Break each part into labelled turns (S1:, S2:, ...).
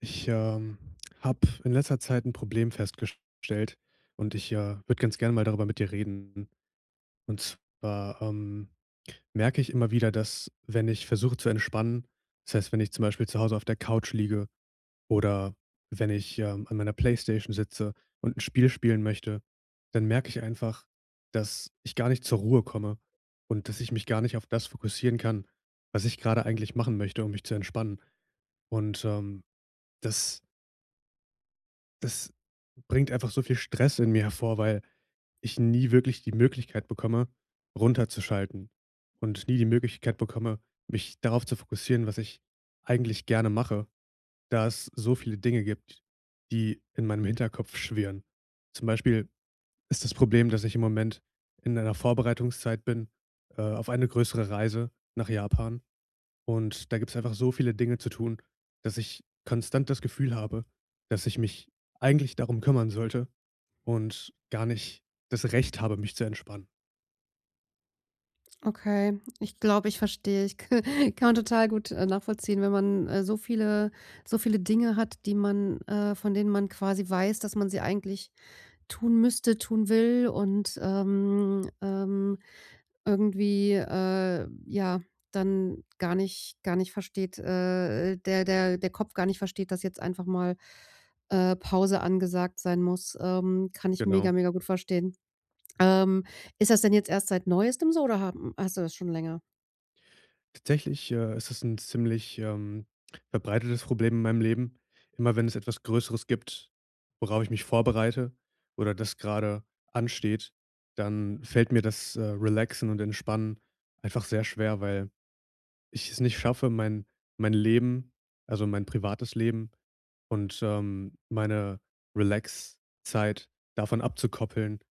S1: Ich, ähm, habe in letzter Zeit ein Problem festgestellt und ich würde ganz gerne mal darüber mit dir reden. Und zwar merke ich immer wieder, dass, wenn ich versuche zu entspannen, das heißt, wenn ich zum Beispiel zu Hause auf der Couch liege oder wenn ich an meiner Playstation sitze und ein Spiel spielen möchte, dann merke ich einfach, dass ich gar nicht zur Ruhe komme und dass ich mich gar nicht auf das fokussieren kann, was ich gerade eigentlich machen möchte, um mich zu entspannen. Und, ähm, das Das bringt einfach so viel Stress in mir hervor, weil ich nie wirklich die Möglichkeit bekomme, runterzuschalten und nie die Möglichkeit bekomme, mich darauf zu fokussieren, was ich eigentlich gerne mache, da es so viele Dinge gibt, die in meinem Hinterkopf schwirren. Zum Beispiel ist das Problem, dass ich im Moment in einer Vorbereitungszeit bin, auf eine größere Reise nach Japan, und da gibt's einfach so viele Dinge zu tun, dass ich konstant das Gefühl habe, dass ich mich eigentlich darum kümmern sollte und gar nicht das Recht habe, mich zu entspannen.
S2: Okay, ich glaube, ich verstehe. Ich kann man total gut, nachvollziehen, wenn man, so viele Dinge hat, die man von denen man quasi weiß, dass man sie eigentlich tun müsste, tun will und, irgendwie, ja, dann gar nicht versteht, der Kopf gar nicht versteht, dass jetzt einfach mal, Pause angesagt sein muss. Kann ich
S1: Genau.
S2: mega, mega gut verstehen. Ähm, ist das denn jetzt erst seit Neuestem so oder haben hast du das schon länger?
S1: Tatsächlich, ist es ein ziemlich verbreitetes Problem in meinem Leben. Immer wenn es etwas Größeres gibt, worauf ich mich vorbereite oder das gerade ansteht, dann fällt mir das Relaxen und Entspannen einfach sehr schwer, weil ich es nicht schaffe, mein Leben, also, mein privates Leben und meine Relax-Zeit davon abzukoppeln,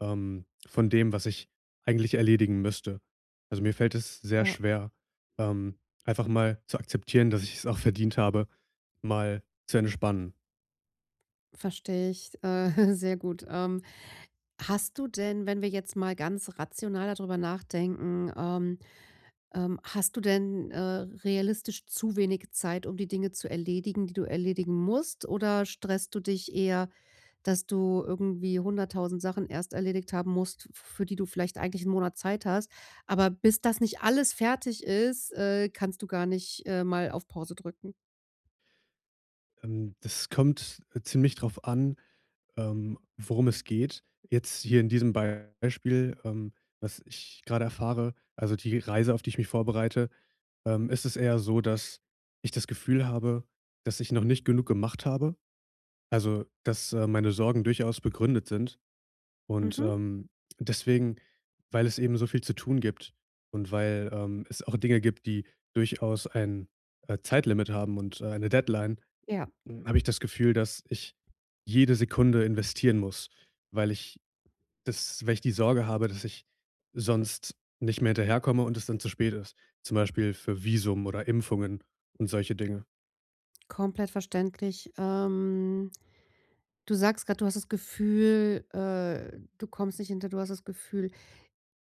S1: von dem, was ich eigentlich erledigen müsste. Also, mir fällt es sehr
S2: Ja,
S1: schwer, einfach mal zu akzeptieren, dass ich es auch verdient habe, mal zu entspannen.
S2: verstehe ich, sehr gut. Hast du denn, wenn wir jetzt mal ganz rational da drüber nachdenken, hast du denn, realistisch zu wenig Zeit, um die Dinge zu erledigen, die du erledigen musst, oder stresst du dich eher, dass du irgendwie 100.000 Sachen erst erledigt haben musst, f für die du vielleicht eigentlich einen Monat Zeit hast. Aber bis das nicht alles fertig ist, kannst du gar nicht, mal auf Pause drücken.
S1: Das kommt ziemlich drauf an, worum es geht. Jetzt hier in diesem Beispiel, was ich gerade erfahre, also die Reise, auf die ich mich vorbereite, ist es eher so, dass ich das Gefühl habe, dass ich noch nicht genug gemacht habe. Also, dass meine Sorgen durchaus begründet sind. Und
S2: Mhm.
S1: ähm, deswegen, weil es eben so viel zu tun gibt und weil es auch Dinge gibt, die durchaus ein Zeitlimit haben und eine Deadline,
S2: Ja,
S1: habe ich das Gefühl, dass ich jede Sekunde investieren muss, weil ich die Sorge habe, dass ich sonst nicht mehr hinterherkomme und es dann zu spät ist. Zum Beispiel für Visum oder Impfungen und solche Dinge.
S2: komplett verständlich. Du sagst gerade, du hast das Gefühl, du kommst nicht hinter. Du hast das Gefühl.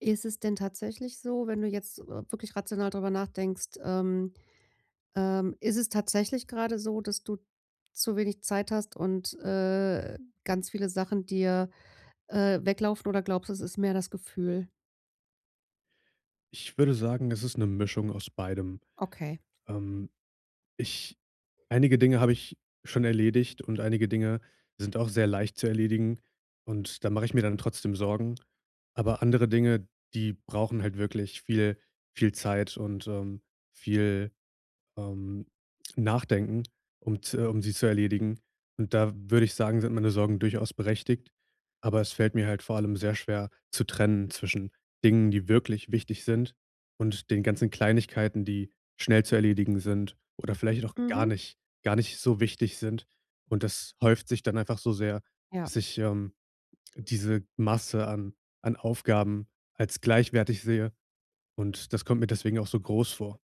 S2: Ist es denn tatsächlich so, wenn du jetzt, wirklich rational drüber nachdenkst, ist es tatsächlich gerade so, dass du zu wenig Zeit hast und, ganz viele Sachen dir, weglaufen oder glaubst, es ist mehr das Gefühl?
S1: Ich würde sagen, es ist eine Mischung aus beidem.
S2: Okay.
S1: Ähm, ich einige Dinge habe ich schon erledigt und einige Dinge sind auch sehr leicht zu erledigen, und da mache ich mir dann trotzdem Sorgen. Aber andere Dinge, die brauchen halt wirklich viel Zeit und, viel Ähm, nachdenken, um sie zu erledigen. Und da würde ich sagen, sind meine Sorgen durchaus berechtigt, aber es fällt mir halt vor allem sehr schwer zu trennen zwischen Dingen, die wirklich wichtig sind, und den ganzen Kleinigkeiten, die schnell zu erledigen sind oder vielleicht auch gar
S2: Mhm.
S1: nicht gar nicht so wichtig sind. Und das häuft sich dann einfach so sehr,
S2: Ja.
S1: dass ich diese Masse an Aufgaben als gleichwertig sehe, und das kommt mir deswegen auch so groß vor.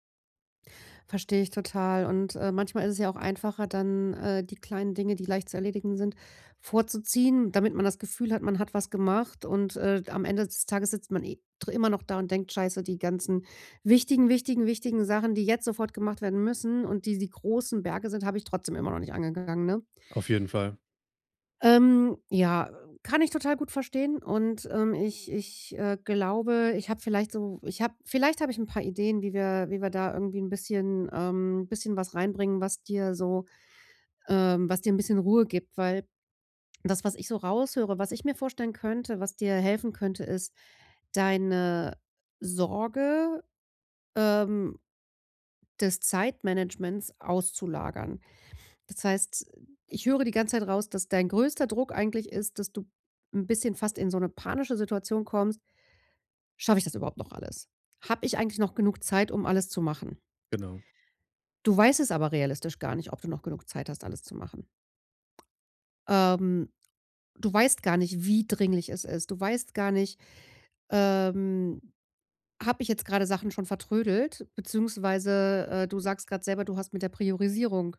S2: Verstehe ich total. Und, manchmal ist es ja auch einfacher, dann, die kleinen Dinge, die leicht zu erledigen sind, vorzuziehen, damit man das Gefühl hat, man hat was gemacht und, am Ende des Tages sitzt man eh dr immer noch da und denkt: „Scheiße, die ganzen wichtigen, wichtigen, wichtigen Sachen, die jetzt sofort gemacht werden müssen und die großen Berge sind, habe ich trotzdem immer noch nicht angegangen", ne?
S1: Auf jeden Fall,
S2: Ja, kann ich total gut verstehen und, ich glaube, ich habe vielleicht habe ich ein paar Ideen, wie wir da irgendwie ein bisschen bisschen was reinbringen, was dir so was dir ein bisschen Ruhe gibt, weil das, was ich so raushöre, was ich mir vorstellen könnte, was dir helfen könnte, ist, deine Sorge, ähm, des Zeitmanagements auszulagern. Das heißt, ich höre die ganze Zeit raus, dass dein größter Druck eigentlich ist, dass du ein bisschen fast in so eine panische Situation kommst: „Schaffe ich das überhaupt noch alles? Habe ich eigentlich noch genug Zeit, um alles zu machen?"
S1: genau.
S2: Du weißt es aber realistisch gar nicht, ob du noch genug Zeit hast, alles zu machen. Ähm, du weißt gar nicht, wie dringlich es ist. Du weißt gar nicht. ähm Habe ich jetzt gerade Sachen schon vertrödelt, beziehungsweise, du sagst gerade selber, du hast mit der Priorisierung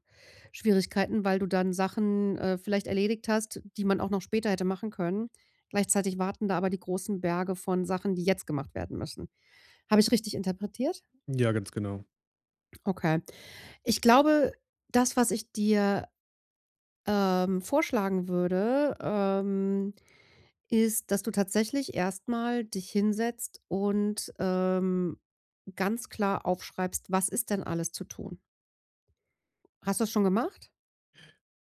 S2: Schwierigkeiten, weil du dann Sachen, vielleicht erledigt hast, die man auch noch später hätte machen können. Gleichzeitig warten da aber die großen Berge von Sachen, die jetzt gemacht werden müssen. Habe ich richtig interpretiert?
S1: Ja, ganz genau.
S2: Okay. Ich glaube, das, was ich dir, vorschlagen würde, ist, dass du tatsächlich erstmal dich hinsetzt und, ganz klar aufschreibst: „Was ist denn alles zu tun?" Hast du das schon gemacht?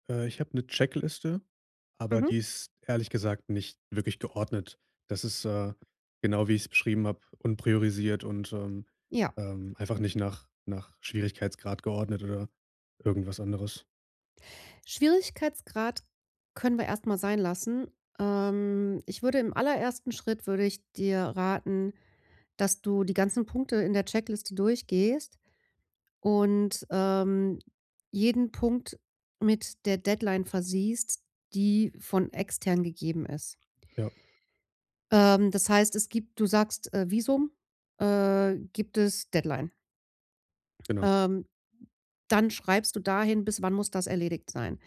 S1: Ich habe eine Checkliste, aber
S2: Mhm,
S1: die ist ehrlich gesagt nicht wirklich geordnet. Das ist genau wie ich es beschrieben habe, unpriorisiert und, ähm,
S2: ja.
S1: ähm, einfach nicht nach Schwierigkeitsgrad geordnet oder irgendwas anderes.
S2: Schwierigkeitsgrad können wir erstmal sein lassen. Ich würde im allerersten Schritt würde ich dir raten, dass du die ganzen Punkte in der Checkliste durchgehst und, jeden Punkt mit der Deadline versiehst, die von extern gegeben ist.
S1: Ja,
S2: Das heißt, es gibt du sagst, Visum, gibt es Deadline.
S1: genau.
S2: Ähm, dann schreibst du dahin, bis wann muss das erledigt sein.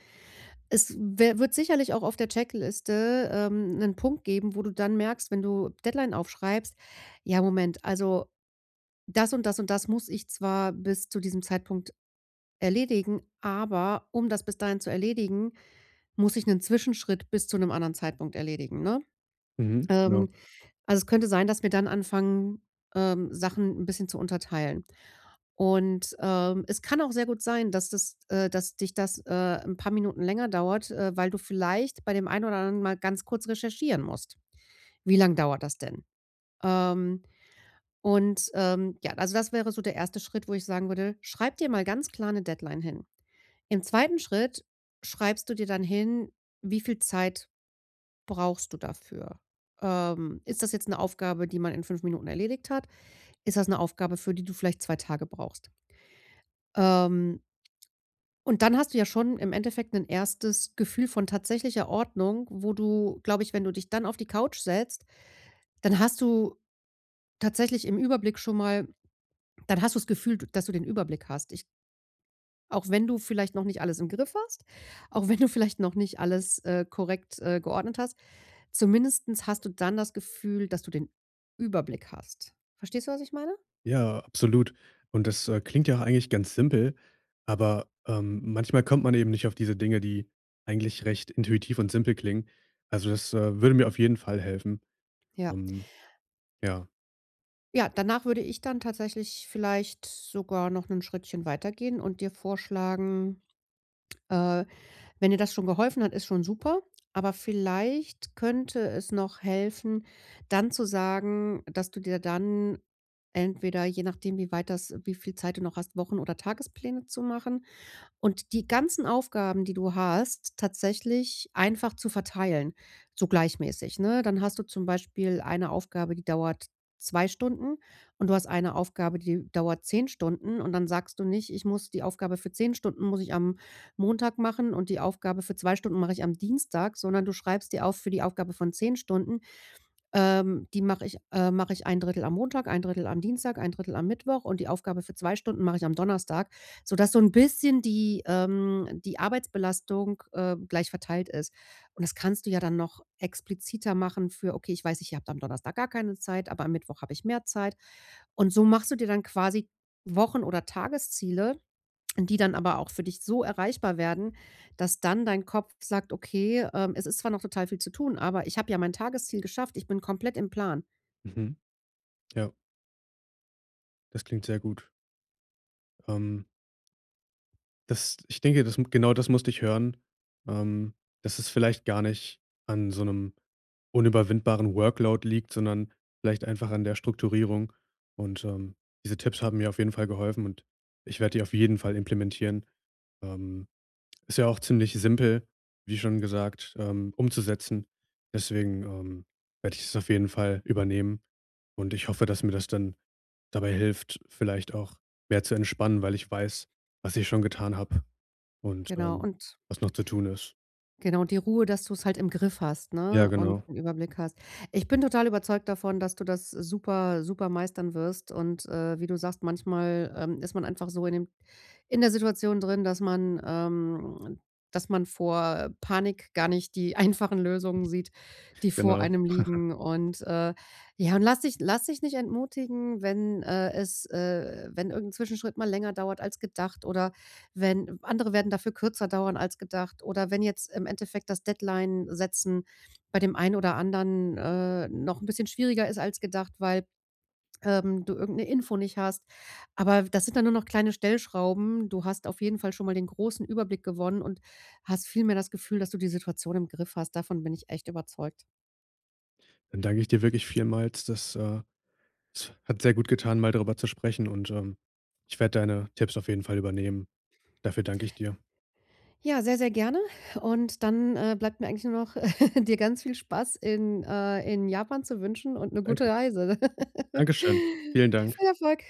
S2: Es wer wird sicherlich auch auf der Checkliste, 'nen Punkt geben, wo du dann merkst, wenn du Deadline aufschreibst: „Ja, Moment, also das und das und das muss ich zwar bis zu diesem Zeitpunkt erledigen, aber um das bis dahin zu erledigen, muss ich einen Zwischenschritt bis zu einem anderen Zeitpunkt erledigen", ne?
S1: Mhm, genau.
S2: Ähm Also, es könnte sein, dass wir dann anfangen, Sachen ein bisschen zu unterteilen. Und, es kann auch sehr gut sein, dass dich das, 'n paar Minuten länger dauert, weil du vielleicht bei dem einen oder anderen mal ganz kurz recherchieren musst. Wie lang dauert das denn? Ähm, und, ja, also, das wäre so der erste Schritt, wo ich sagen würde: „Schreib dir mal ganz klar 'ne Deadline hin." Im zweiten Schritt schreibst du dir dann hin, wie viel Zeit brauchst du dafür? Ist das jetzt eine Aufgabe, die man in 5 Minuten erledigt hat? Ist das 'ne Aufgabe, für die du vielleicht 2 Tage brauchst? Ähm, und dann hast du ja schon im Endeffekt 'nen erstes Gefühl von tatsächlicher Ordnung, wo du, glaube ich, wenn du dich dann auf die Couch setzt, dann hast du tatsächlich im Überblick schon mal dann hast du's Gefühl, d dass du den Überblick hast. Ich auch wenn du vielleicht noch nicht alles im Griff hast, auch wenn du vielleicht noch nicht alles, korrekt, geordnet hast, zumindestens hast du dann das Gefühl, dass du den Überblick hast. Verstehst du, was ich meine?
S1: Ja, absolut. Und das klingt ja eigentlich ganz simpel, aber manchmal kommt man eben nicht auf diese Dinge, die eigentlich recht intuitiv und simpel klingen. Also, das würde mir auf jeden Fall helfen.
S2: Ja.
S1: Ähm, ja.
S2: Ja, danach würde ich dann tatsächlich vielleicht sogar noch 'nen Schrittchen weitergehen und dir vorschlagen, äh, wenn dir das schon geholfen hat, ist schon super, aber vielleicht könnte es noch helfen, dann zu sagen, dass du dir dann entweder, je nachdem, wie weit das wie viel Zeit du noch hast, Wochen oder Tagespläne zu machen und die ganzen Aufgaben, die du hast, tatsächlich einfach zu verteilen, so gleichmäßig, ne? Dann hast du zum Beispiel eine Aufgabe, die dauert 2 Stunden und du hast eine Aufgabe, die dauert 10 Stunden und dann sagst du nicht: „Ich muss die Aufgabe für 10 Stunden muss ich am Montag machen und die Aufgabe für 2 Stunden mache ich am Dienstag", sondern du schreibst dir auf: „Für die Aufgabe von 10 Stunden die mache ich ein Drittel am Montag, ein Drittel am Dienstag, ein Drittel am Mittwoch und die Aufgabe für 2 Stunden mache ich am Donnerstag, sodass so ein bisschen die die Arbeitsbelastung, gleich verteilt ist. Und das kannst du ja dann noch expliziter machen für: „Okay, ich weiß, ich habe am Donnerstag gar keine Zeit, aber am Mittwoch habe ich mehr Zeit." Und so machst du dir dann quasi Wochen oder Tagesziele, die dann aber auch für dich so erreichbar werden, dass dann dein Kopf sagt: „Okay, es ist zwar noch total viel zu tun, aber ich habe ja mein Tagesziel geschafft. Ich bin komplett im Plan."
S1: Mhm. Ja, das klingt sehr gut. Ähm, das ich denke, das genau das musste ich hören, ähm, dass es vielleicht gar nicht an so einem unüberwindbaren Workload liegt, sondern vielleicht einfach an der Strukturierung. Und diese Tipps haben mir auf jeden Fall geholfen, und ich werde die auf jeden Fall implementieren. Ähm Ist ja auch ziemlich simpel, wie schon gesagt, umzusetzen. Deswegen werde ich es auf jeden Fall übernehmen, und ich hoffe, dass mir das dann dabei hilft, vielleicht auch mehr zu entspannen, weil ich weiß, was ich schon getan habe und,
S2: Genau
S1: ähm,
S2: und
S1: was noch zu tun ist.
S2: genau, die Ruhe, dass du es halt im Griff hast,
S1: Ja,
S2: ne, und
S1: genau,
S2: 'n Überblick hast. Ich bin total überzeugt davon, dass du das super, super meistern wirst und, wie du sagst, manchmal, ist man einfach so in der Situation drin, dass man vor Panik gar nicht die einfachen Lösungen sieht, die vor
S1: genau.
S2: einem liegen. Und, ja, und lass dich nicht entmutigen, wenn irgendein Zwischenschritt mal länger dauert als gedacht oder wenn andere werden dafür kürzer dauern als gedacht oder wenn jetzt im Endeffekt das Deadline-Setzen bei dem einen oder anderen, noch ein bisschen schwieriger ist als gedacht, weil du irgendeine Info nicht hast. Aber das sind dann nur noch kleine Stellschrauben. Du hast auf jeden Fall schon mal den großen Überblick gewonnen und hast viel mehr das Gefühl, dass du die Situation im Griff hast. Davon bin ich echt überzeugt.
S1: Dann danke ich dir wirklich vielmals. Es hat sehr gut getan, mal darüber zu sprechen, und ich werde deine Tipps auf jeden Fall übernehmen. Dafür danke ich dir.
S2: Ja, sehr, sehr gerne. Und dann, bleibt mir eigentlich nur noch, dir ganz viel Spaß in Japan zu wünschen und eine
S1: Danke.
S2: gute Reise.
S1: Dankeschön. Vielen Dank.
S2: Viel Erfolg.